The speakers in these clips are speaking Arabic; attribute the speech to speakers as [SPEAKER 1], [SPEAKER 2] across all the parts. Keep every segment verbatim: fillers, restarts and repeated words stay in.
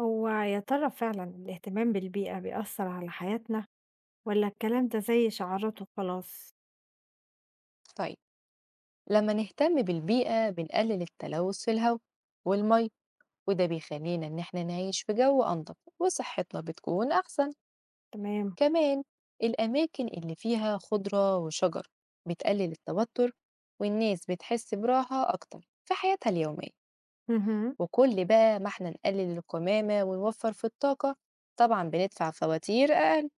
[SPEAKER 1] هو يا ترى فعلا الاهتمام بالبيئة بيأثر على حياتنا ولا الكلام ده زي شعارات وخلاص.
[SPEAKER 2] طيب، لما نهتم بالبيئة بنقلل التلوث في الهواء والمي، وده بيخلينا إن احنا نعيش في جو أنضف وصحتنا بتكون أحسن.
[SPEAKER 1] تمام.
[SPEAKER 2] كمان الأماكن اللي فيها خضرة وشجر بتقلل التوتر، والناس بتحس براحة أكتر في حياتها اليومية.
[SPEAKER 1] مهم.
[SPEAKER 2] وكل بقى ما احنا نقلل القمامة ونوفر في الطاقة، طبعا بندفع فواتير أقل،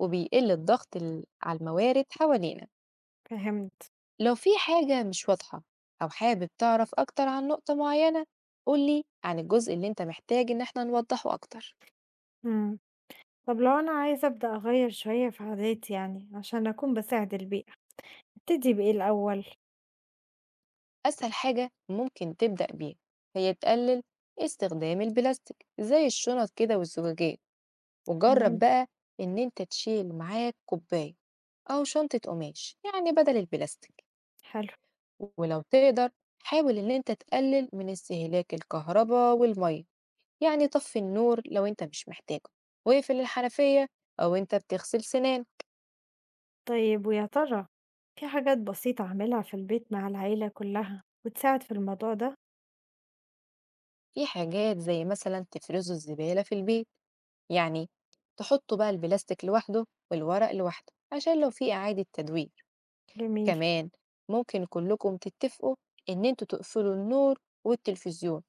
[SPEAKER 2] وبيقل الضغط ال- على الموارد حوالينا.
[SPEAKER 1] فهمت.
[SPEAKER 2] لو في حاجة مش واضحة أو حابب تعرف أكتر عن نقطة معينة، قولي عن الجزء اللي أنت محتاج إن احنا نوضحه أكتر.
[SPEAKER 1] مم. طب لو أنا عايزة أبدأ أغير شوية في عاداتي يعني عشان أكون بساعد البيئة، أبتدي بإيه الأول؟
[SPEAKER 2] أسهل حاجة ممكن تبدأ بيها هي تقلل استخدام البلاستيك زي الشنط كده والزجاجات. وجرب
[SPEAKER 1] تمام.
[SPEAKER 2] بقى إن أنت تشيل معاك كوباية أو شنطة قماش يعني بدل البلاستيك.
[SPEAKER 1] حلو.
[SPEAKER 2] ولو تقدر، حاول إن أنت تقلل من استهلاك الكهرباء والمية. يعني طفي النور لو انت مش محتاجه، واقفل الحنفية أو انت بتغسل سنان.
[SPEAKER 1] طيب، ويا ترى في حاجات بسيطة أعملها في البيت مع العيلة كلها وتساعد في الموضوع ده؟
[SPEAKER 2] في حاجات زي مثلا تفرزوا الزبالة في البيت، يعني تحطوا بقى البلاستيك لوحده والورق لوحده عشان لو في إعادة تدوير.
[SPEAKER 1] جميل.
[SPEAKER 2] كمان ممكن كلكم تتفقوا إن انتوا تقفلوا النور والتلفزيون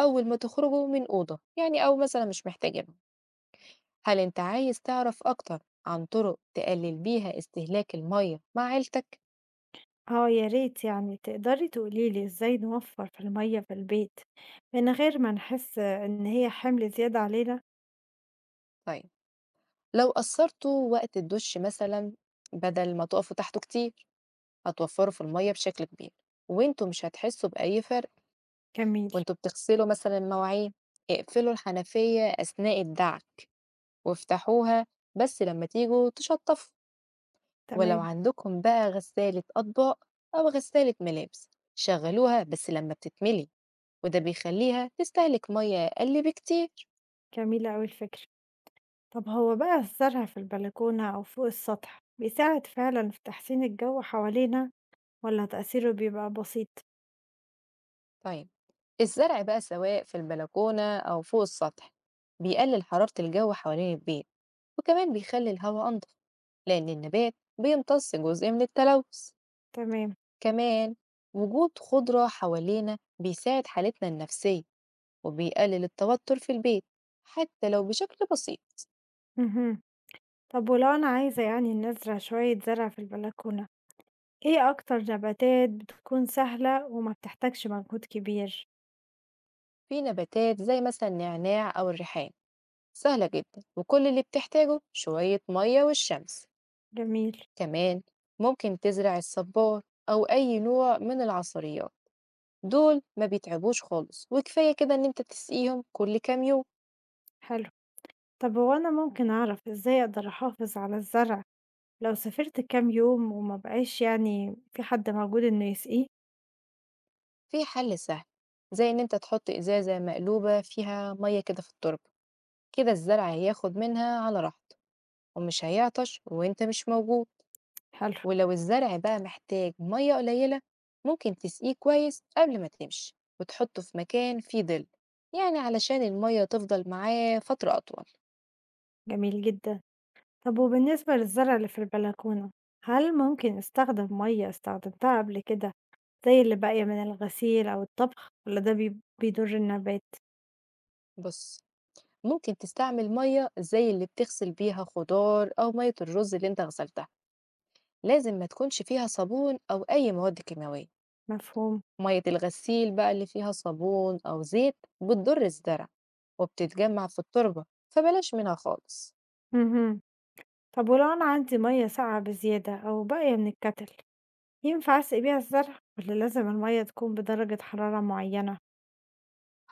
[SPEAKER 2] أول ما تخرجوا من أوضة، يعني أو مثلا مش محتاجينهم. هل انت عايز تعرف أكتر عن طرق تقلل بيها استهلاك المية مع عيلتك؟
[SPEAKER 1] آه يا ريت يعني تقدري تقولي لي إزاي نوفّر في المَيّة في البيت من غير ما نحس إن هي حِمل زيادة علينا؟
[SPEAKER 2] طيب، لو قصّرتوا وقت الدُش مثلًا بدل ما تُقفوا تحته كتير، هتوفّروا في المَيّة بشكل كبير، وأنتم مش هتحسّوا بأي فرق.
[SPEAKER 1] جميل،
[SPEAKER 2] وأنتم بتغسلوا مثلًا المواعين، اقفلوا الحنفية أثناء الدعك وافتحوها بس لمّا تيجوا تشطّفوا. ولو
[SPEAKER 1] تمام،
[SPEAKER 2] عندكم بقى غسالة أطباق أو غسالة ملابس، شغّلوها بس لمّا بتتملي، وده بيخلّيها تستهلك مَيّة أقل بكتير.
[SPEAKER 1] جميلة أوي الفكرة. طَب هو بقى الزرع في البلكونة أو فوق السطح بيساعد فعلًا في تحسين الجو حوالينا والّا تأثيره بيبقى بسيط؟
[SPEAKER 2] طيب، الزرع بقى سواء في البلكونة أو فوق السطح بيقلل حرارة الجو حوالين البيت، وكمان بيخلي الهواء أنضف لأن النبات بيمتص جزء من التلوث.
[SPEAKER 1] تمام،
[SPEAKER 2] كمان وجود خضرة حوالينا بيساعد حالتنا النفسية وبيقلل التوتر في البيت حتى لو بشكل بسيط.
[SPEAKER 1] اهم. طَب ولو أنا عايزة يعني نزرع شوية زرع في البلكونة، إيه أكتر نباتات بتكون سهلة وما بتحتاجش مجهود كبير؟
[SPEAKER 2] في نباتات زي مثلا النعناع أو الريحان، سهلة جدا وكل اللي بتحتاجه شوية مية والشمس.
[SPEAKER 1] جميل،
[SPEAKER 2] كمان ممكن تزرع الصبار أو أي نوع من العصريات، دول ما بيتعبوش خالص وكفاية كده ان انت تسقيهم كل كام يوم.
[SPEAKER 1] حلو. طب هو أنا ممكن أعرف إزاي أقدر أحافظ على الزرع لو سافرت كام يوم وما بقاش يعني في حد موجود إنه يسقيه؟
[SPEAKER 2] في حل سهل زي ان انت تحط ازازة مقلوبة فيها مية كده في التربة، كده الزرع هياخد منها على راحته ومش هيعطش وانت مش موجود.
[SPEAKER 1] حلو.
[SPEAKER 2] ولو الزرع بقى محتاج مية قليلة، ممكن تسقيه كويس قبل ما تمشي وتحطه في مكان فيه ظل، يعني علشان المية تفضل معاه فترة أطول.
[SPEAKER 1] جميل جدا. طب وبالنسبة للزرع اللي في البلكونة، هل ممكن أستخدم مية استخدمتها قبل كده زي اللي باقية من الغسيل أو الطبخ، ولا ده بي- بيضر النبات؟
[SPEAKER 2] بص، ممكن تستعمل مية زي اللي بتغسل بيها خضار أو مية الرز اللي انت غسلتها، لازم ما تكونش فيها صابون أو أي مواد كيماوية.
[SPEAKER 1] مفهوم.
[SPEAKER 2] مية الغسيل بقى اللي فيها صابون أو زيت بتضر الزرع وبتتجمع في التربة، فبلاش منها خالص.
[SPEAKER 1] مهم. طب ولو أنا عندي مية ساقعة بزيادة أو باقية من الكتل، ينفع أسقي بيها الزرع ولا لازم المية تكون بدرجة حرارة معينة؟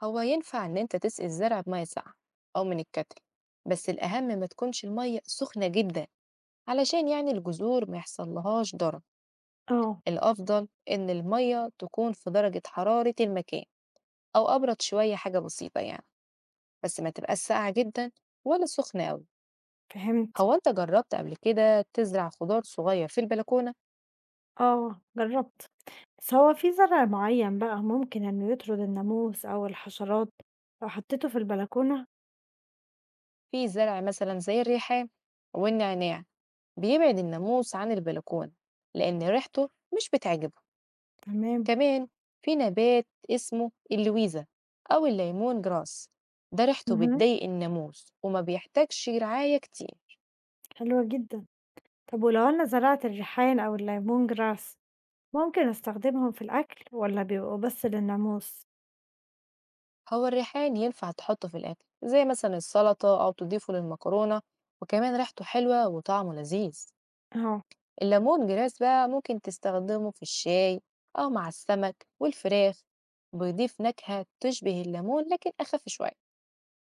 [SPEAKER 2] هو ينفع إن أنت تسقي الزرع بمية ساقعة أو من الكتل، بس الأهم ما تكونش المية سخنة جدا علشان يعني الجذور ما يحصلهاش ضرر.
[SPEAKER 1] اه.
[SPEAKER 2] الأفضل إن المية تكون في درجة حرارة المكان أو أبرد شوية حاجة بسيطة يعني، بس ما تبقاش ساقعة جدا ولا سخنة أوي.
[SPEAKER 1] فهمت.
[SPEAKER 2] هو أنت جربت قبل كده تزرع خضار صغير في البلكونة؟
[SPEAKER 1] آه، جرّبت، بس هو في زرع معيّن بقى ممكن إنه يطرد الناموس أو الحشرات لو حطيته في البلكونة؟
[SPEAKER 2] في زرع مثلا زي الريحان والنعناع بيبعد الناموس عن البلكونة لأن ريحته مش بتعجبه.
[SPEAKER 1] تمام.
[SPEAKER 2] كمان في نبات اسمه اللويزة أو الليمون جراس، ده ريحته
[SPEAKER 1] اهم،
[SPEAKER 2] بتضايق الناموس وما بيحتاجش رعاية كتير.
[SPEAKER 1] حلوة جدًا. طب ولو أنا زرعت الريحان أو الlemon grass، ممكن أستخدمهم في الأكل والّا بيبقوا بس للناموس؟
[SPEAKER 2] هو الريحان ينفع تحطه في الأكل زي مثلا السلطة أو تضيفه للمكرونة، وكمان ريحته حلوة وطعمه لذيذ.
[SPEAKER 1] آه.
[SPEAKER 2] الليمون جراس بقى ممكن تستخدمه في الشاي أو مع السمك والفراخ، بيضيف نكهة تشبه الليمون لكن أخف شوية.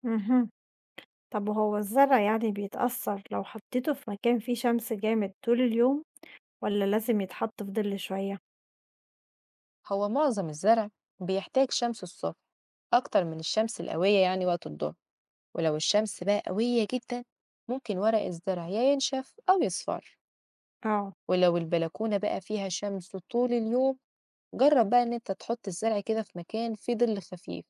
[SPEAKER 1] اهم. طب وهو الزرع يعني بيتأثّر لو حطيته في مكان فيه شمس جامد طول اليوم، والّا لازم يتحط في ضِل شوية؟
[SPEAKER 2] هو معظم الزرع بيحتاج شمس الصبح أكتر من الشمس القوية يعني وقت الظهر، ولو الشمس بقى قوية جدا ممكن ورق الزرع يا ينشف أو يصفر.
[SPEAKER 1] آه،
[SPEAKER 2] ولو البلكونة بقى فيها شمس طول اليوم، جرب بقى إن أنت تحط الزرع كده في مكان فيه ظل خفيف،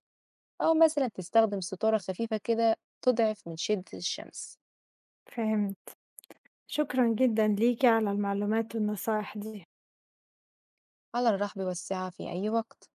[SPEAKER 2] أو مثلا تستخدم ستارة خفيفة كده تضعف من شدة الشمس.
[SPEAKER 1] فهمت. شكرًا جدًا ليكِ على المعلومات والنصايح دي.
[SPEAKER 2] على الرحب والسعة في أي وقت.